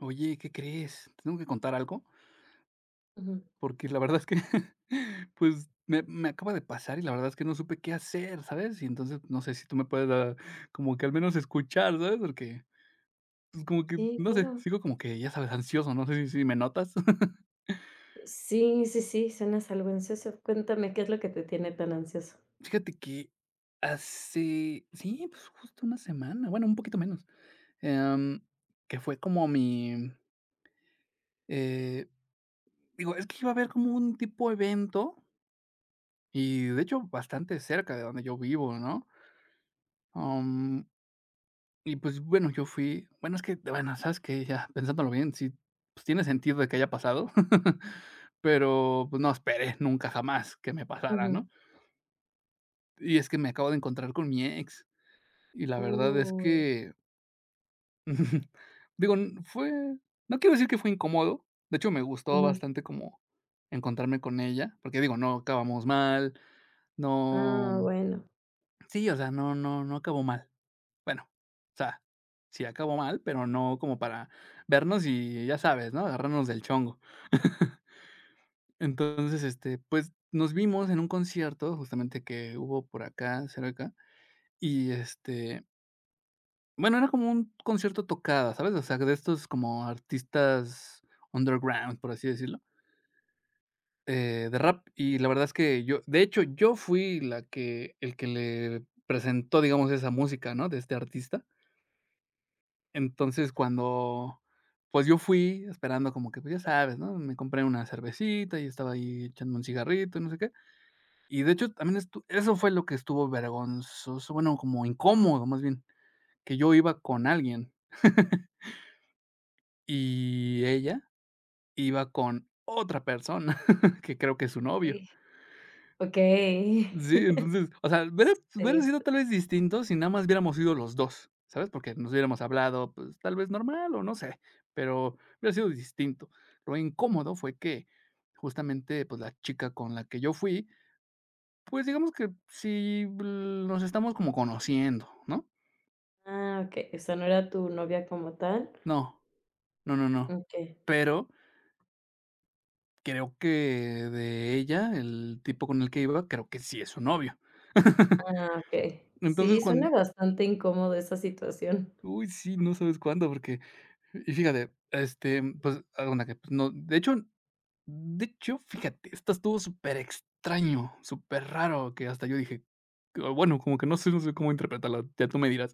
Oye, ¿qué crees? Te tengo que contar algo, Ujú. porque la verdad es que, pues, me acaba de pasar y la verdad es que no supe qué hacer, ¿sabes? Y entonces, no sé si tú me puedes dar como que al menos escuchar, ¿sabes? Porque, pues, como que, Sí, no sé, claro. sigo como que, ya sabes, ansioso, no sé si me notas. Sí, sí, sí, suenas algo ansioso. Cuéntame, ¿qué es lo que te tiene tan ansioso? Fíjate que hace, sí, pues, justo una semana, bueno, un poquito menos, em, que fue como mi, eh, digo, es que iba a haber como un tipo evento y, de hecho, bastante cerca de donde yo vivo, ¿no? Am, y pues, bueno, yo fui bueno, es que, bueno, ¿sabes que ya pensándolo bien, sí, pues, tiene sentido de que haya pasado, pero, pues, no esperé nunca jamás que me pasara, ¿no? Ujú. Y es que me acabo de encontrar con mi ex, y la verdad es Uy, que, digo, n fue no quiero decir que fue incómodo, de hecho, me gustó ujú. bastante como encontrarme con ella, porque digo, no acabamos mal, no Ah, bueno. sí, o sea, no acabó mal. Bueno, o sea, sí acabó mal, pero no como para vernos y ya sabes, ¿no? Agarrarnos del chongo. Entonces, este, pues, nos vimos en un concierto, justamente que hubo por acá, cerca, y, este, bueno, era como un concierto tocada, ¿sabes? O sea, de estos como artistas underground, por así decirlo, de rap. Y la verdad es que yo de hecho, yo fui la que el que le presentó, digamos, esa música, ¿no? De este artista. Entonces, cuando, pues, yo fui esperando como que, pues, ya sabes, ¿no? Me compré una cervecita y estaba ahí echando un cigarrito y no sé qué. Y de hecho, también estu eso fue lo que estuvo vergonzoso, bueno, como incómodo, más bien, que yo iba con alguien, y ella iba con otra persona, que creo que es su Uy, novio. okey. Sí, entonces, o sea, hubiera Sí, hubiera s sido tal vez distinto si nada más hubiéramos ido los dos, ¿sabes? Porque nos hubiéramos hablado, pues, tal vez normal o no sé, pero hubiera sido distinto. Lo incómodo fue que justamente, pues, la chica con la que yo fui, pues, digamos que si nos estamos como conociendo, ¿no? ah, okey. O sea, no era tu novia como tal. No, no, no, no. Okey. Pero creo que de ella, el tipo con el que iba, creo que sí es su novio. Ah, okey. Entonces, Sí, cuan suena bastante incómodo esa situación. uy, sí, no sabes cuándo, porque y fíjate, este, pues, haz de que, pues, no de hecho de hecho, fíjate, esto estuvo súper extraño súper raro que hasta yo dije, o bueno, como que no sé no sé cómo interpretarla ya tú me dirás,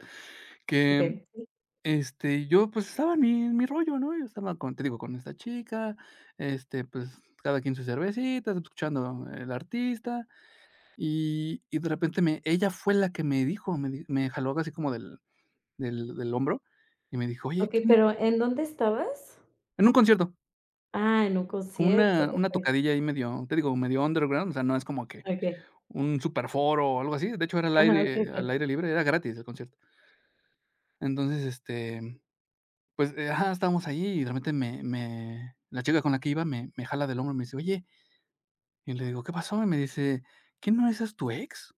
que, Okey. Sí. este, yo, pues, estaba en mi rollo, ¿no? Yo estaba con te digo, con esta chica, este, pues, cada quien sus cervecitas, escuchando el artista, y de repente me ella fue la que me dijo, me jaló así como del hombro, y me dijo: "Oye, Okey, ¿quién?" pero, ¿en dónde estabas? En un concierto, Ah, en un con concierto. una Okey, tocadilla ahí medio, te digo, medio underground, o sea, no es como que okey. un superforo o algo así, de hecho, era al Ajá, okey, okey. aire libre, era gratis el concierto. Entonces, este, pues, ajá, estábamos ahí y de repente me la chica con la que iba me jala del hombro y me dice: "Oye", y le digo: "¿Qué pasó?" Y me dice: "¿Quién no esa es tu ex?".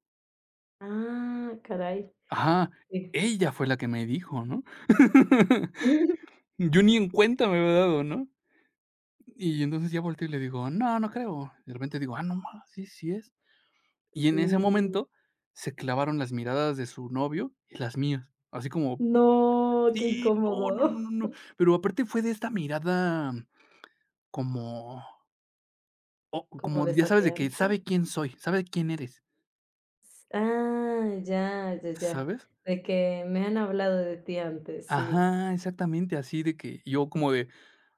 Ah, caray. Ajá, Sí. ella fue la que me dijo, ¿no? Yo ni en cuenta me había dado, ¿no? Y entonces ya volteo y le digo: "No, no creo". De repente digo: "Ah, no más sí, sí es". Y en ese Sí. momento se clavaron las miradas de su novio y las mías, así como: No, qué "Sí, no, no, no, incómodo. no, no". Pero aparte fue de esta mirada como o ¿Como como ya sabes, de que desafiante? sabe quién soy, sabe quién eres, Ah, ya, ya, ya. ¿sabes? De que me han hablado de ti antes, sí. Ajá, exactamente, así de que yo como de: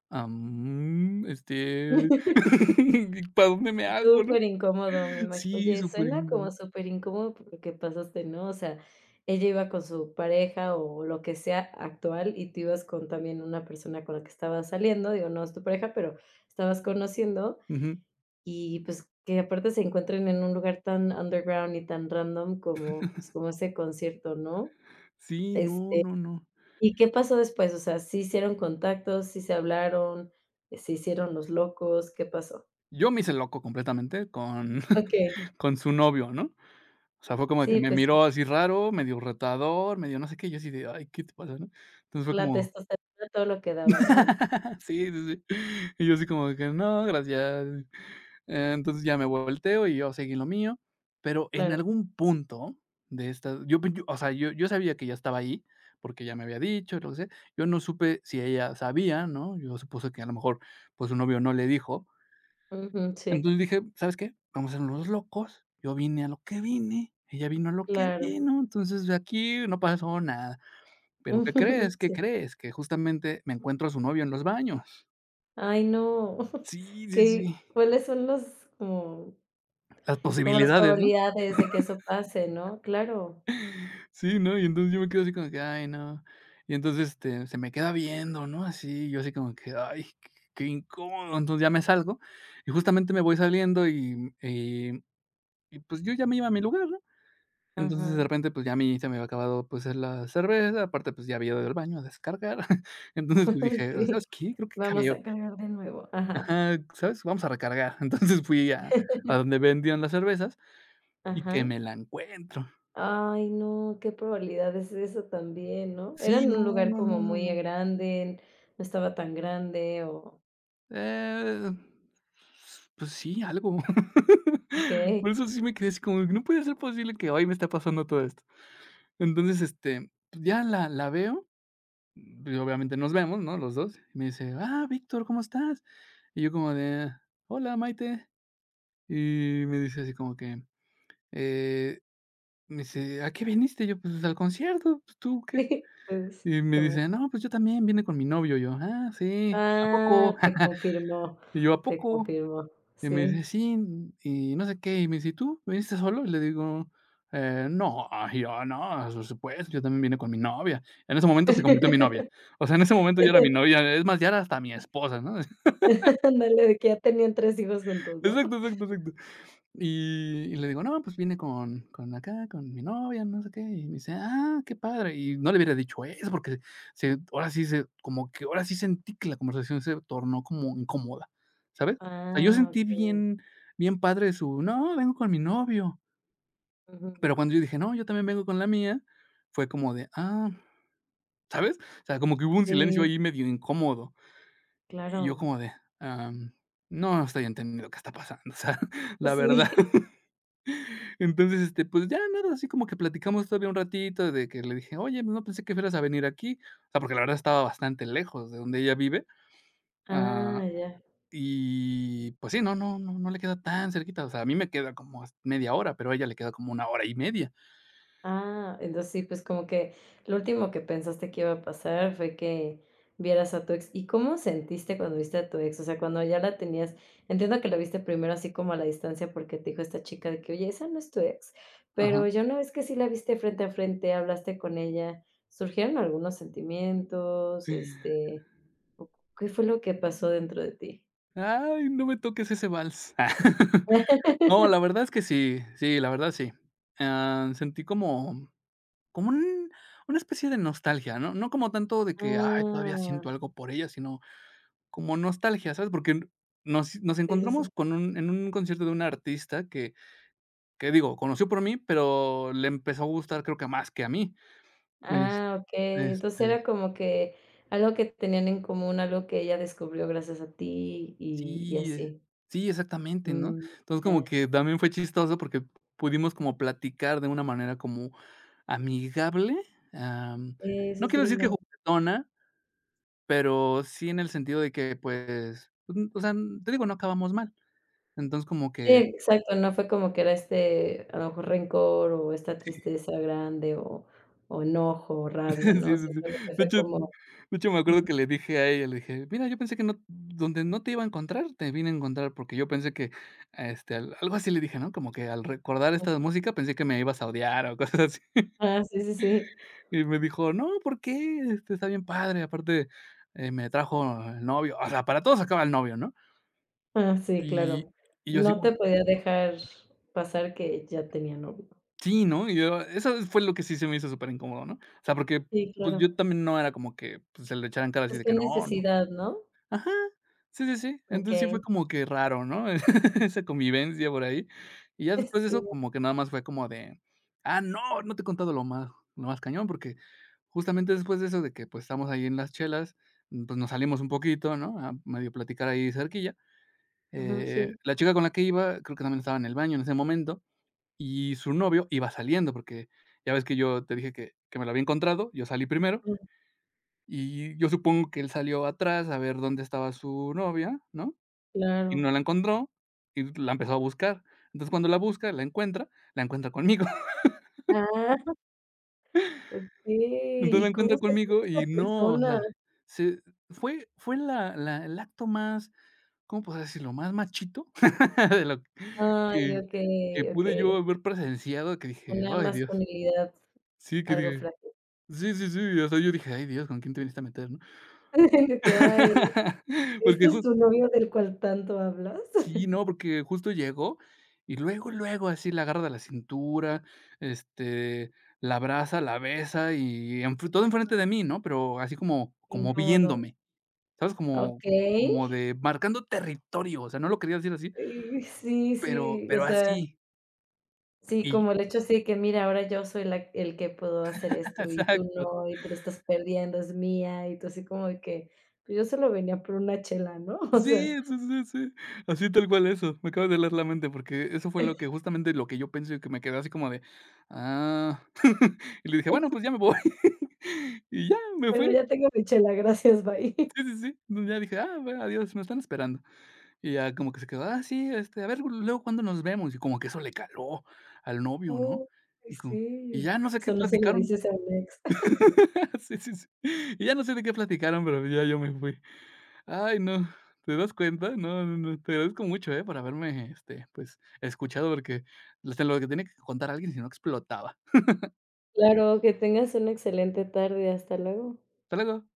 "Ah, este, ¿para dónde me hago?", ¿no? Súper incómodo, me imagino. Sí, Oye, súper suena como in súper incómodo porque pasaste, ¿no? O sea, ella iba con su pareja o lo que sea actual y tú ibas con también una persona con la que estabas saliendo, digo, no es tu pareja, pero estabas conociendo. ujú. Y, pues, que aparte se encuentren en un lugar tan underground y tan random como, pues, como ese concierto, ¿no? Sí, no, Este, no, no. ¿y qué pasó después? O sea, ¿sí hicieron contactos, sí se hablaron, se hicieron los locos, qué pasó? Yo me hice loco completamente con Okey. con su novio, ¿no? O sea, fue como de que Sí, me pues sí, miró así raro, medio retador, medio no sé qué, y yo así de: "Ay, ¿qué te pasa?", ¿no? Entonces fue la como testosterona a todo lo que daba, ¿no? sí, sí, sí. Y yo así como de que: "No, gracias". Entonces ya me volteo y yo seguí en lo mío, pero en Claro. algún punto de esta yo o sea, yo sabía que ya estaba ahí, porque ya me había dicho, lo que sé. Yo no supe si ella sabía, ¿no? Yo supuse que a lo mejor, pues, su novio no le dijo. Ujú, sí, Entonces dije: "¿Sabes qué? Vamos a ser unos locos, yo vine a lo que vine, ella vino a lo que claro. vino, entonces de aquí no pasó nada". Pero, ¿qué crees? ¿Qué Sí. crees? Que justamente me encuentro a su novio en los baños. Ay, no. Sí, sí, sí, ¿Qué cuáles son los como las como las posibilidades, ¿no? probabilidades de que eso pase, no? Claro. Sí, ¿no? Y entonces yo me quedo así como que: "Ay, no". Y entonces, este, se me queda viendo, ¿no? Así, yo así como que: "Ay, qué incómodo". Entonces ya me salgo y justamente me voy saliendo y pues yo ya me iba a mi lugar, ¿no? Entonces, Ajá. de repente, pues, ya a mí se me había acabado, pues, la cerveza, aparte, pues, ya había ido al baño a descargar. Entonces, pues, dije: Sí. "¿Sabes qué? Creo que Vamos cabía". a cargar de nuevo. Ajá, Ajá, ¿sabes? Vamos a recargar. Entonces, fui a donde vendían las cervezas y que ajá. me la encuentro. Ay, no, qué probabilidades eso también, ¿no? Era Sí, en un no, lugar no, como no, no, muy no. grande, no estaba tan grande o Eh, pues sí, algo. okey. Por eso sí me quedé así como no puede ser posible que hoy me esté pasando todo esto. Entonces, este, pues, ya la veo. Pues, obviamente nos vemos, ¿no? Los dos. Y me dice: "Ah, Víctor, ¿cómo estás?". Y yo como de: "Hola, Maite". Y me dice así como que, eh, me dice: "¿A qué viniste?". Yo: "Pues al concierto, pues, ¿tú qué?". Pues, Y me ¿qué más? dice: "No, pues yo también vine con mi novio". Yo: "Ah, sí, ¿a poco?". Ah, Y yo: "¿A te poco?". confirmó, Y me dice: sí. "Sí, y no sé qué", y me dice: "¿Y tú viniste solo?". Y le digo: no". Y yo: "No, por supuesto, yo también vine con mi novia". En ese momento se convirtió en mi novia. O sea, en ese momento yo era mi novia, es más, ya era hasta mi esposa, ¿no? Ándale, de que ya tenían 3 hijos juntos, ¿no? Exacto, exacto, exacto. Y le digo: "No, pues vine con acá, con mi novia, no sé qué". Y me dice: "Ah, qué padre". Y no le hubiera dicho eso, porque se ahora sí se como que ahora sí sentí que la conversación se tornó como incómoda, ¿sabes? O sea, yo Ah, sentí okey. Bien padre su: "No, vengo con mi novio". Ujú. Pero cuando yo dije: "No, yo también vengo con la mía", fue como de: "Ah", ¿sabes? O sea, como que hubo un silencio Sí, ahí medio incómodo. Y yo claro. como de: "Am, no estoy entendiendo qué está pasando", o sea, la verdad. Sí. Entonces, este, pues ya nada, así como que platicamos todavía un ratito de que le dije: "Oye, no pensé que fueras a venir aquí", o sea, porque la verdad estaba bastante lejos de donde ella vive, ah, Ah, ya. y pues sí, no le queda tan cerquita, o sea, a mí me queda como a media hora, pero a ella le queda como una hora y media. Ah, entonces sí, pues como que lo último que pensaste que iba a pasar fue que vieras a tu ex. ¿Y cómo sentiste cuando viste a tu ex? O sea, cuando ya la tenías, entiendo que la viste primero así como a la distancia porque te dijo esta chica de que, oye, esa no es tu ex, Ajá. pero ya una vez que sí la viste frente a frente, hablaste con ella, ¿surgieron algunos sentimientos? Este, ¿o ¿qué fue lo que pasó dentro de ti? Ay, no me toques ese vals. No, la verdad es que sí, sí, la verdad sí. Ah, sentí como como un una especie de nostalgia, ¿no? No como tanto de que, ay, todavía Ah, siento algo por ella, sino como nostalgia, ¿sabes? Porque nos sí, sí, encontramos sí. con un en un concierto de un artista que digo, conoció por mí, pero le empezó a gustar, creo que más que a mí. Es Ah, okey. Entonces, este, era como que algo que tenían en común, algo que ella descubrió gracias a ti y sí, así. sí, exactamente, ¿no? Mm, Entonces, como ya. que también fue chistoso porque pudimos como platicar de una manera como amigable, am, Eso no es quiero decir que lindo. juguetona, pero sí en el sentido de que, pues, o sea, te digo, no acabamos mal. Entonces, como Sí, que exacto, no fue como que era este, a lo mejor rencor o esta tristeza grande o enojo o rabia, sí, ¿no? sí, sí. Simplemente De fue hecho como de hecho, me acuerdo ujú, que le dije a ella, le dije: "Mira, yo pensé que no donde no te iba a encontrar, te vine a encontrar", porque yo pensé que, este, al algo así le dije, ¿no? Como que al recordar mm. esta música pensé que me ibas a odiar o cosas así. Ah, sí, sí, sí. Y me dijo: "No, ¿por qué? Este, está bien padre, aparte, me trajo el novio", o sea, para todos acaba el novio, ¿no? Ah, sí, Y claro. y yo así No como te podía dejar pasar que ya tenía novio. sí, ¿no? Y yo eso fue lo que sí se me hizo súper incómodo, ¿no? O sea, porque, Sí, pues, claro. yo también no era como que, pues, se le echaran en cara así Es de que que no. No. necesidad, ¿no? Ajá. Sí, sí, sí. Entonces, sí fue Okey. como que raro, ¿no? Esa convivencia por ahí. Y ya después de Sí. eso, como que nada más fue como de: "Ah, no, no te he contado lo más cañón", porque justamente después de eso, de que, pues, estamos ahí en las chelas, pues, nos salimos un poquito, ¿no? A medio platicar ahí cerquilla. Ajá, sí. La chica con la que iba, creo que también estaba en el baño en ese momento, y su novio iba saliendo, porque ya ves que yo te dije que me lo había encontrado, yo salí primero, Mm, y yo supongo que él salió atrás a ver dónde estaba su novia, ¿no? Y no claro. la encontró, y la empezó a buscar. Entonces, cuando la busca, la encuentra conmigo. Ah. Okey, Entonces, la ¿y encuentra cómo se puso conmigo esta y no, o persona? sea, se fue la el acto más, ¿cómo podría decirlo?, más machito de lo Ay, que okey, pude okey. yo haber presenciado, que dije: Una "Ay, Dios". masculinidad Sí, que algo dije frágil. sí, sí, sí, o sea, yo dije: "Ay, Dios, ¿con quién te viniste a meter?", ¿no? De que: "Ay, Porque ¿este es tu novio del cual tanto hablas?". sí, no, porque justo llegó y luego, luego así la agarra de la cintura, este, la abraza, la besa y en todo enfrente de mí, ¿no? Pero así como como Incómodo. viéndome, ¿sabes? Como Okey. como de marcando territorio, o sea, no lo quería decir así, Sí, pero sí, o sea, así sí, y como el hecho así de que: "Mira, ahora yo soy la el que puedo hacer esto y tú exacto. no, y tú lo estás perdiendo, es mía", y tú así como de que: "Pues yo solo venía por una chela", ¿no? O Sí, sea sí, sí, sí, así tal cual eso. Me acabas de leer la mente porque eso fue lo que justamente lo que yo pensé, y que me quedé así como de, ah, y le dije: "Bueno, pues ya me voy", y ya me Bueno, fui. ya tengo mi chela, gracias, bye. Sí, sí, sí. Ya dije: "Ah, bueno, adiós, me están esperando". Y ya como que se quedó: "Ah, sí, este, a ver, luego, ¿cuándo nos vemos?". Y como que eso le caló al novio, ¿no? Oh, Y como y sí, ya no sé qué eso no se lo platicaron. dices a un ex. Sí, sí, sí. Y ya no sé de qué platicaron, pero ya yo me fui. Ay, no, ¿te das cuenta? No, no, no. Te agradezco mucho, por haberme, este, pues, escuchado, porque, se lo que tenía que contar a alguien, si no explotaba. Claro, que tengas una excelente tarde, hasta luego. Hasta luego.